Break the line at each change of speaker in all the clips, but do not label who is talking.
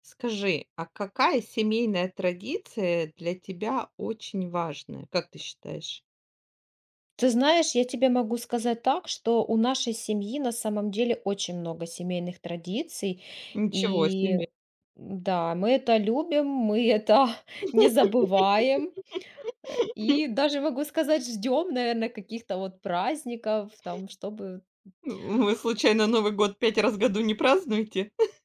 Скажи, а какая семейная традиция для тебя очень важная, как ты считаешь?
Ты знаешь, я тебе могу сказать так, что у нашей семьи на самом деле очень много семейных традиций.
Ничего
И
себе!
да, мы это любим, мы это не забываем. И даже могу сказать, ждем, наверное, каких-то вот праздников, там, чтобы
Вы случайно Новый год 5 раз в году не празднуете?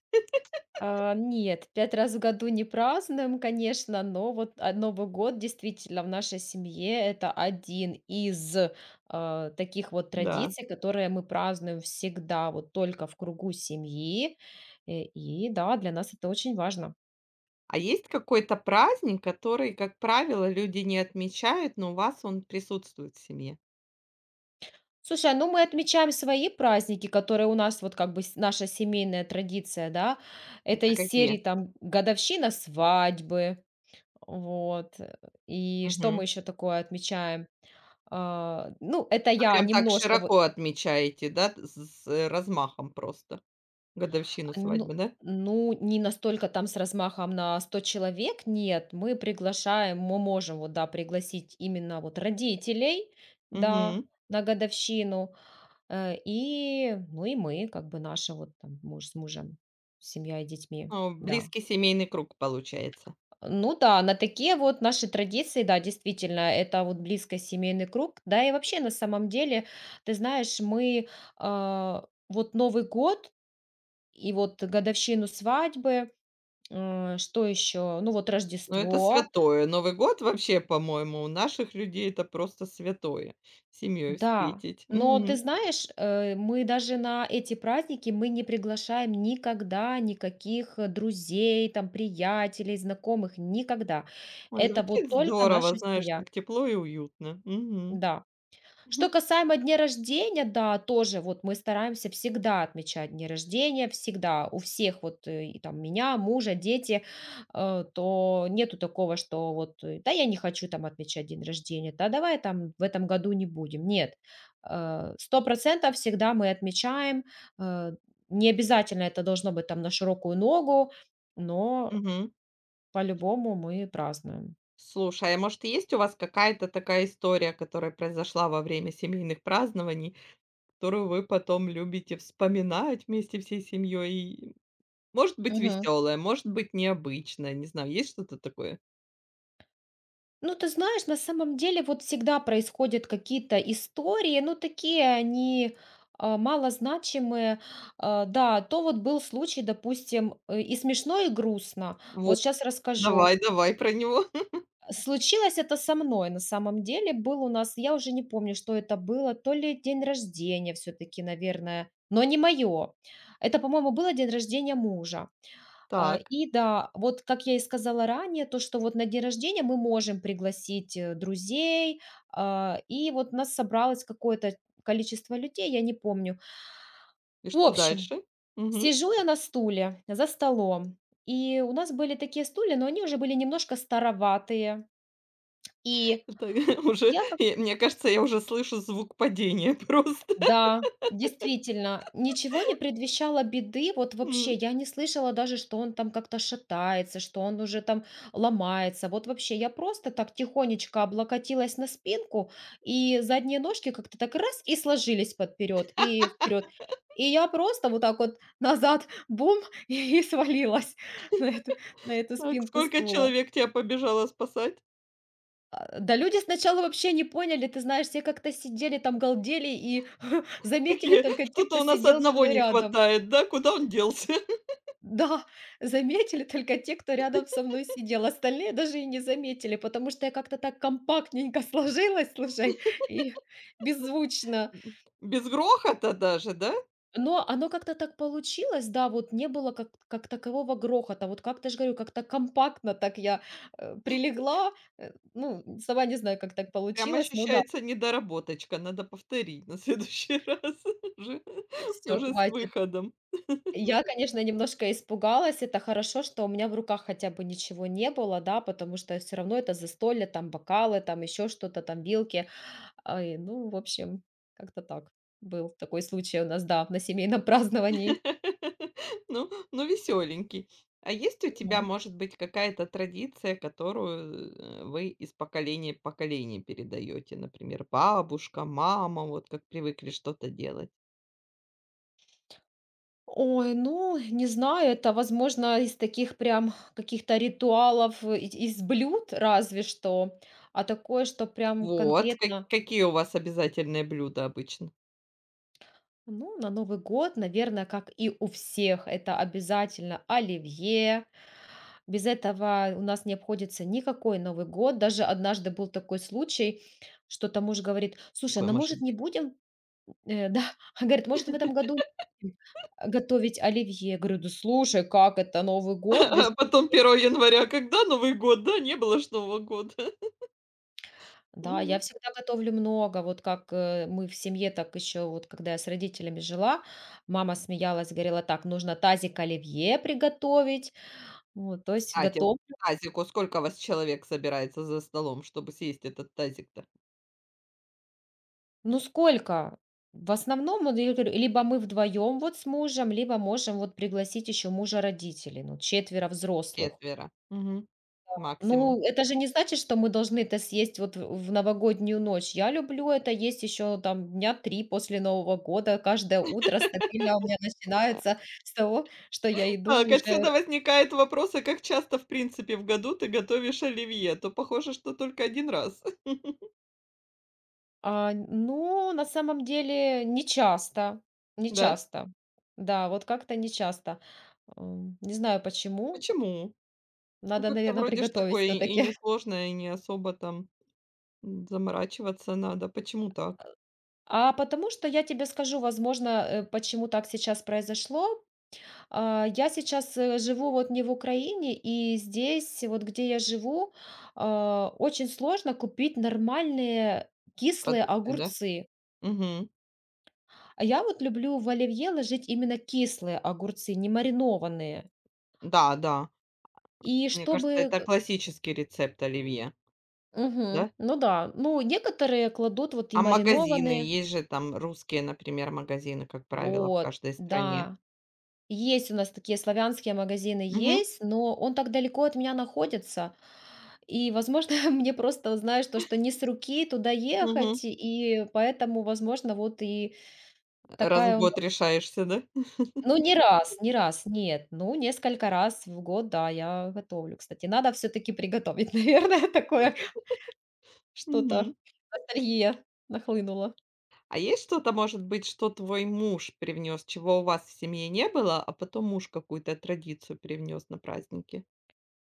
а, нет, 5 раз в году не празднуем, конечно, но вот, Новый год действительно в нашей семье — это один из, таких вот
Да.
традиций, которые мы празднуем всегда вот только в кругу семьи. И да, для нас это очень важно.
А есть какой-то праздник, который, как правило, люди не отмечают, но у вас он присутствует в семье?
Слушай, мы отмечаем свои праздники, которые у нас вот как бы с наша семейная традиция, да. Это
Это
из
какие?
серии там годовщина свадьбы, вот, и что мы
Мгм.
еще такое отмечаем? Это
А
я
прям так
немножко
широко
вот,
отмечаете, да, т с размахом просто годовщину
а,
свадьбы,
ну
да?
ну, не настолько там с размахом на 100 человек, нет. Мы приглашаем, мы можем вот, да, пригласить именно вот родителей, да,
Мгм.
на годовщину, и, ну, и мы, как бы наши вот там муж с мужем, семья и детьми,
О,
да.
близкий семейный круг получается.
Ну да, на такие вот наши традиции, да, действительно, это вот близко семейный круг. Да и вообще, на самом деле, ты знаешь, мы, вот Новый год. И вот годовщину свадьбы, что еще? Ну, вот
Но это
Рождество.
святое. Новый год вообще, по-моему, у наших людей это просто святое. Семьей
Да.
встретить.
Но ты
Мгм.
знаешь, мы даже на эти праздники мы не приглашаем никогда никаких, друзей, там, приятелей, знакомых, никогда.
Ой,
Это вот
звучит
только
здорово,
наша
знаешь,
семья.
так тепло и уютно. Мгм.
Да. Что касаемо дня рождения, да, тоже вот мы стараемся всегда отмечать дни рождения, всегда у всех вот и там меня, мужа, дети, то нету такого, что вот да я не хочу там отмечать день рождения, да давай там в этом году не будем, нет. Сто процентов всегда мы отмечаем, э, не обязательно это должно быть там на широкую ногу, но
Мгм.
по-любому мы празднуем.
Слушай, а может, есть у вас какая-то такая история, которая произошла во время семейных празднований, которую вы потом любите вспоминать вместе всей семьей? Может быть, веселая, может быть, необычная. Не знаю, есть что-то такое?
Ну, ты знаешь, на самом деле вот всегда происходят какие-то истории, ну, такие они малозначимые. Да, то вот был случай, допустим, и смешно, и грустно.
Вот,
Вот сейчас расскажу.
давай, давай про него.
Случилось это со мной на самом деле. Был у нас, я уже не помню, что это было, то ли день рождения все-таки, наверное, но не мое. Это, по-моему, было день рождения мужа.
Так,
И да, вот как я и сказала ранее, то, что вот на день рождения мы можем пригласить, друзей, и вот нас собралось какое-то количество людей, я не помню.
и
В
что
общем,
дальше?
сижу я на стуле за столом, и у нас были такие стулья, но они уже были немножко староватые. И
Это уже,
я как
и мне кажется, я уже слышу звук падения просто.
Да, действительно, ничего не предвещало беды. Вот вообще
М.
я не слышала даже, что он там как-то шатается, что он уже там ломается. Вот вообще я просто так тихонечко облокотилась на спинку, и задние ножки как-то так раз и сложились подперед и вперед. И я просто вот так вот назад бум и свалилась на эту, на эту
Так,
спинку
сколько
стула.
человек тебя побежало спасать?
Да, люди сначала вообще не поняли, ты знаешь, все как-то сидели там, галдели и заметили
Такие,
только те,
что-то
кто
у нас
сидел со
одного
мной
не
рядом.
хватает, да? Куда он делся?
Да, заметили только те, кто рядом со мной сидел, остальные даже и не заметили, потому что я как-то так компактненько сложилась, слушай, и беззвучно.
М. Без грохота даже, да?
Но оно как-то так получилось, да, вот не было как такового грохота, вот как-то же говорю, как-то компактно так я прилегла, ну, сама не знаю, как так
Прям
получилось, но да,
ощущается недоработочка. Надо повторить на следующий раз уже,
все,
уже с
хватит.
выходом.
Я, конечно, немножко испугалась. Это хорошо, что у меня в руках хотя бы ничего не было, да, потому что все равно это застолье, там бокалы, там еще что-то, там вилки. Ай, ну, в общем, как-то так. Был такой случай у нас, да, на семейном праздновании.
Ну ну, веселенький. А есть у тебя,
Мгм.
может быть, какая-то традиция, которую, вы из поколения в поколение передаете? Например, бабушка, мама, вот как привыкли что-то делать.
Ой, ну, не знаю, это, возможно, из таких прям каких-то ритуалов, и из блюд разве что. А такое, что прям
Вот, ка
конкретно,
какие у вас обязательные блюда обычно?
ну, на Новый год, наверное, как и у всех, это обязательно оливье. Без этого у нас не обходится никакой Новый год. Даже однажды был такой случай, что-то муж говорит: «Слушай, а,
Какое
ну,
может
может, не
быть?
будем, да?» Говорит: «Может, в этом году не будем готовить оливье?» Я говорю: «Да слушай, как это Новый год без?»
Потом 1 января, когда Новый год, да? Не было ж Нового года.
Да, я
Мгм.
всегда готовлю много. Вот как, мы в семье, так еще вот когда я с родителями жила, мама смеялась, говорила: «Так, нужно тазик оливье приготовить». Вот, то есть
Кстати, вот
готов...
к тазику сколько вас человек собирается за столом, чтобы съесть этот тазик-то?
Ну, сколько? В основном, вот я говорю, либо мы вдвоем вот с мужем, либо можем вот пригласить еще мужа родителей, ну, четверо взрослых.
Четверо. Мгм. Максимум.
Ну, это же не значит, что мы должны это съесть вот в новогоднюю ночь. Я люблю это есть еще там дня три после Нового года. Каждое утро стабильно у меня начинается с того, что я иду
Так, отсюда
уже.
возникает вопрос, а как часто, в принципе, в году ты готовишь оливье? То похоже, что только 1 раз,
Ну, на самом деле, не
да?
часто. Да, вот как-то не часто. Не знаю почему.
Почему? Ну,
Надо,
как-то
наверное,
вроде ж
приготовить
такое
все
и
таки
несложное, и не особо там, заморачиваться надо. Почему так?
А потому что я тебе скажу, возможно, почему так сейчас произошло. Я сейчас, живу вот не в Украине, и здесь, вот где я живу, очень сложно купить нормальные кислые
Продукты, да?
огурцы.
Угу.
А я вот люблю в оливье ложить именно кислые огурцы, не маринованные.
Да, да.
И
Мне кажется,
чтобы
это классический рецепт оливье, да?
ну да, ну, некоторые кладут вот и
А магазины?
маринованные.
Есть же там русские, например, магазины, как правило, в
Вот,
каждой стране.
да. Есть у нас такие славянские магазины,
Угу,
есть, но он так далеко от меня находится. И, возможно, мне просто, вот знаешь, то, что не с руки туда ехать,
угу.
и поэтому, возможно, вот и
Раз в
такая у нас...
год решаешься, да?
Ну, не раз, нет. Ну, несколько раз в год, да, я готовлю, кстати. Надо все-таки приготовить, наверное, такое что-то.
Угу.
Ностальгия нахлынула.
А есть что-то, может быть, что твой муж привнес, чего у вас в семье не было, а потом муж какую-то традицию привнес на праздники?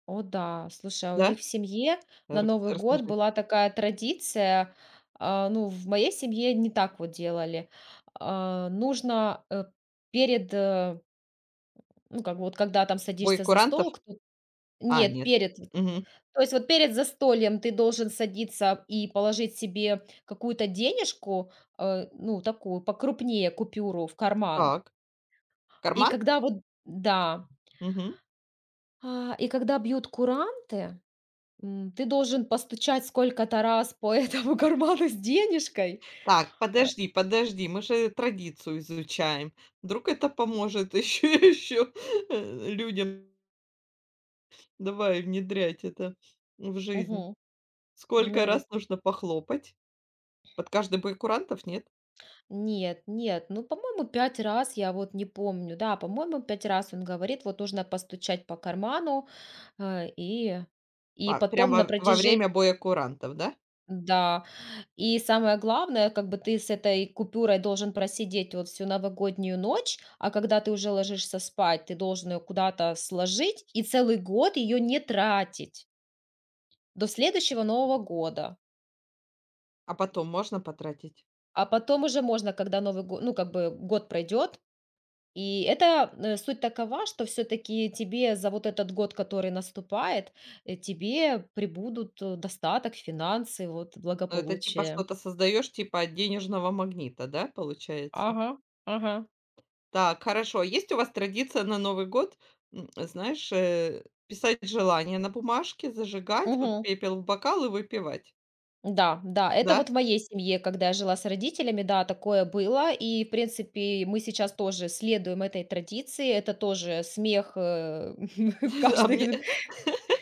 О да, слушай, а у
Да?
них в семье на
Рак
Новый год
расскажи.
была такая традиция, ну, в моей семье не так вот делали. Нужно, перед, ну, как бы вот когда там
Бой
садишься за
курантов?
стол, кто...
А,
Нет,
нет.
перед.
Мгм.
То есть вот перед застольем ты должен садиться и положить себе какую-то денежку, ну, такую покрупнее купюру в карман.
Так.
И
Карман?
когда вот... Да.
Мгм.
И когда бьют куранты ты должен постучать сколько-то раз по этому карману с денежкой.
Так,
Э,
подожди, подожди, мы же традицию изучаем. Вдруг это поможет еще-еще людям. Давай внедрять это в жизнь.
мгм.
Сколько
Ну вот,
раз нужно похлопать? Под каждый бой курантов, нет?
нет, нет, ну, по-моему, 5 раз, я вот не помню. Да, по-моему, 5 раз он говорит, вот нужно постучать по карману, э, и
Па
и
прям
потом
во
на
во
протяжении...
время боя курантов, да?
Да, и самое главное, как бы ты с этой купюрой должен просидеть вот всю новогоднюю ночь, а когда ты уже ложишься спать, ты должен ее куда-то сложить и целый год ее не тратить. До следующего Нового года.
А потом можно потратить?
А потом уже можно, когда Новый го... ну, как бы год пройдет. И это, суть такова, что все-таки тебе за вот этот год, который наступает, тебе прибудут, достаток, финансы, вот,
Ну, это типа
благополучие.
что-то создаешь типа от денежного магнита, да, получается?
Ага, ага.
Так, хорошо. Есть у вас традиция на Новый год, знаешь, писать желания на бумажке, зажигать, вот
Мгм.
пепел в бокал и выпивать,
Да, да, это
да?
вот в моей семье, когда я жила с родителями, да, такое было. И, в принципе, мы сейчас тоже следуем этой традиции. Это тоже смех,
А мне
каждое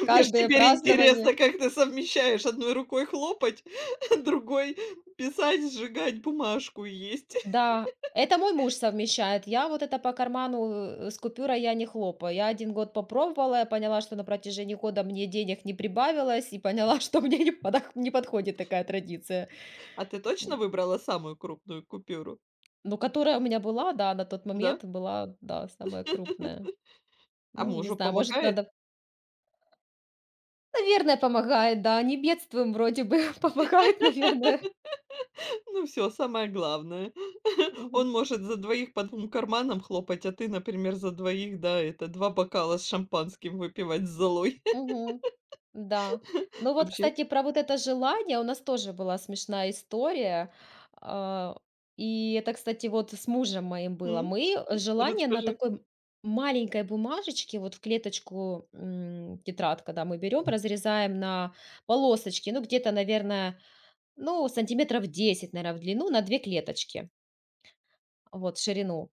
мне ж
каждое
теперь интересно,
празднование.
как ты совмещаешь: одной рукой хлопать, другой писать, сжигать бумажку и есть.
Да, это мой муж совмещает. Я вот это по карману с купюрой я не хлопаю. Я один год попробовала, я поняла, что на протяжении года мне денег не прибавилось, и поняла, что мне не, не подходит такая традиция.
А ты точно
М,
выбрала самую крупную купюру?
Но которая у меня была, да, на тот
Да?
момент была, да, самая крупная.
А
Ну, не
мужу
знаю, может,
помогает?
надо... Наверное, помогает, да, не бедствуем вроде бы, помогает, наверное.
Ну все, самое главное. Он
Мгм.
может за двоих по двум карманам хлопать, а ты, например, за двоих, да, это 2 бокала с шампанским выпивать с золой.
Мгм. Да. Ну вот,
Вообще,
кстати, про вот это желание у нас тоже была смешная история. А, и это, кстати, вот с мужем моим было.
м,
Мы желание на
расскажи.
такой маленькой бумажечке, вот в клеточку тетрадка, да, мы берем, разрезаем на полосочки, ну где-то, наверное, ну сантиметров 10 наверное, в длину, на 2 клеточки, вот, в ширину.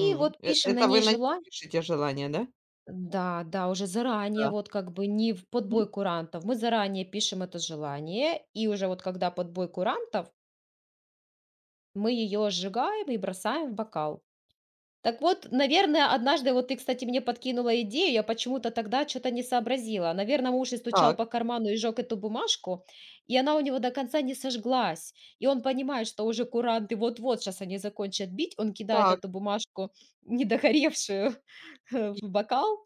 И вот пишем на
Это вы
ней
на них
желание.
пишете желания, да?
Да, да, уже заранее,
Да.
вот как бы не в
Мгм.
подбой курантов. Мы заранее пишем это желание, и уже вот когда подбой курантов, мы ее сжигаем и бросаем в бокал. Так вот, наверное, однажды, вот ты, кстати, мне подкинула идею, я почему-то тогда что-то не сообразила. Наверное, муж и стучал
Так,
по карману и жег эту бумажку, и она у него до конца не сожглась. И он понимает, что уже куранты вот-вот сейчас они закончат бить, он кидает
так.
эту бумажку недогоревшую в
И
бокал.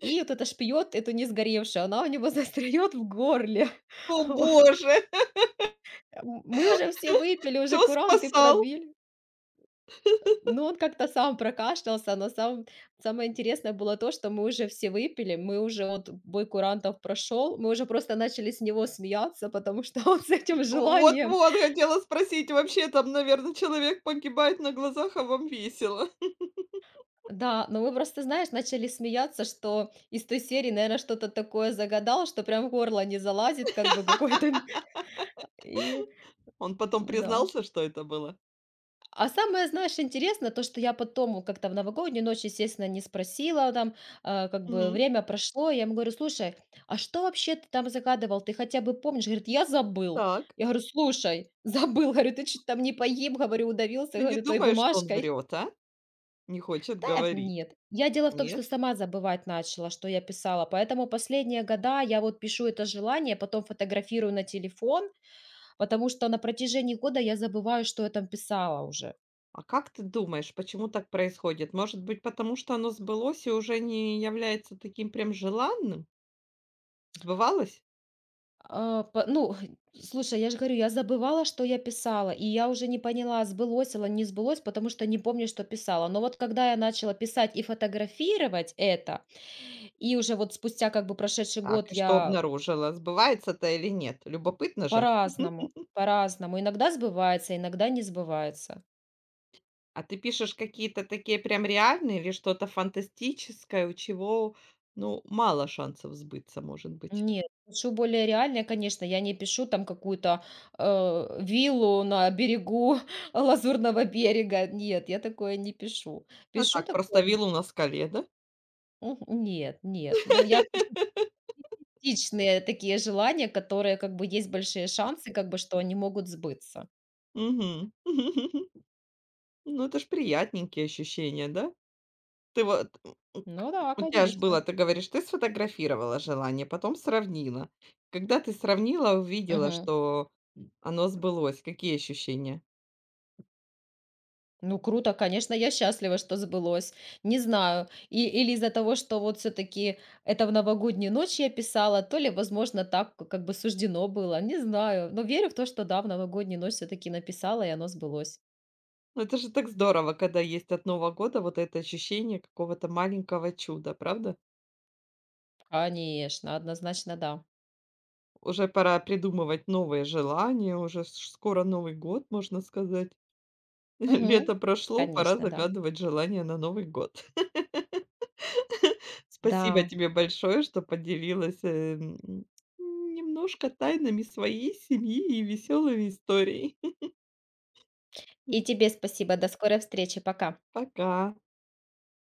И вот эта шпиот, эту не сгоревшую, она у него застряет в горле.
О
Вот.
боже,
Мы уже все выпили, уже
кто
куранты
спасал?
пробили. Но он как-то сам прокашлялся, но самое интересное было то, что мы уже все выпили, мы уже вот бой курантов прошел, мы уже просто начали с него смеяться, потому что он с этим желанием...
Вот-вот хотела спросить, вообще там, наверное, человек погибает на глазах, а вам весело.
Да, но мы просто, знаешь, начали смеяться, что из той серии, наверное, что-то такое загадал, что прям в горло не залазит, как бы какой-то, и
Он потом
да.
признался, что это было?
А самое, знаешь, интересно, то, что я потом вот как-то в новогоднюю ночь, естественно, не спросила там, как бы
Мгм.
время прошло, я ему говорю, слушай, а что вообще ты там загадывал, ты хотя бы помнишь? Говорит, я забыл.
Так.
Я говорю, слушай, забыл, говорю, ты что-то там не поим, говорю, удавился,
Ты не
говорю, той
думаешь, что он
бумажкой.
врет, а? Не хочет
Да,
говорить.
нет. Я дело в том, что
Нет?
сама забывать начала, что я писала. Поэтому последние года я вот пишу это желание, потом фотографирую на телефон, потому что на протяжении года я забываю, что я там писала уже.
А как ты думаешь, почему так происходит? Может быть, потому что оно сбылось и уже не является таким прям желанным? Сбывалось?
А, по Ну, слушай, я же говорю, я забывала, что я писала, и я уже не поняла, сбылось или не сбылось, потому что не помню, что писала. Но вот когда я начала писать и фотографировать это, и уже вот спустя как бы прошедший
Так,
год
и что
я...
обнаружила? Сбывается-то или нет? Любопытно же.
По-разному, по-разному, иногда сбывается, иногда не сбывается.
А ты пишешь какие-то такие прям реальные или что-то фантастическое, у чего, ну, мало шансов сбыться, может быть?
Нет, пишу более реальное, конечно, я не пишу там какую-то, виллу на берегу Лазурного берега. Нет, я такое не пишу.
А
Пишу
так, просто
такое...
виллу на скале, да?
Мгм. Нет, нет. Ну, я пишу практичные такие желания, которые как бы есть большие шансы, как бы, что они могут сбыться.
Мгм. Ну, это ж приятненькие ощущения, да? Ты вот,
Ну да,
у тебя ж было,
конечно.
ты говоришь, ты сфотографировала желание, потом сравнила. Когда ты сравнила, увидела,
Мгм.
что оно сбылось, какие ощущения?
Ну, круто, конечно, я счастлива, что сбылось. Не знаю, или из-за того, что вот все таки это в новогоднюю ночь я писала, то ли, возможно, так как бы суждено было, не знаю. Но верю в то, что да, в новогоднюю ночь все таки написала, и оно сбылось.
Ну, это же так здорово, когда есть от Нового года вот это ощущение какого-то маленького чуда, правда?
Конечно, однозначно да.
Уже пора придумывать новые желания, уже с скоро Новый год, можно сказать.
Мгм.
Лето прошло, пора
Конечно, да.
загадывать желания на Новый год. Спасибо
Да.
тебе большое, что поделилась, немножко тайнами своей семьи и веселыми историей.
И тебе спасибо. До скорой встречи. Пока.
Пока.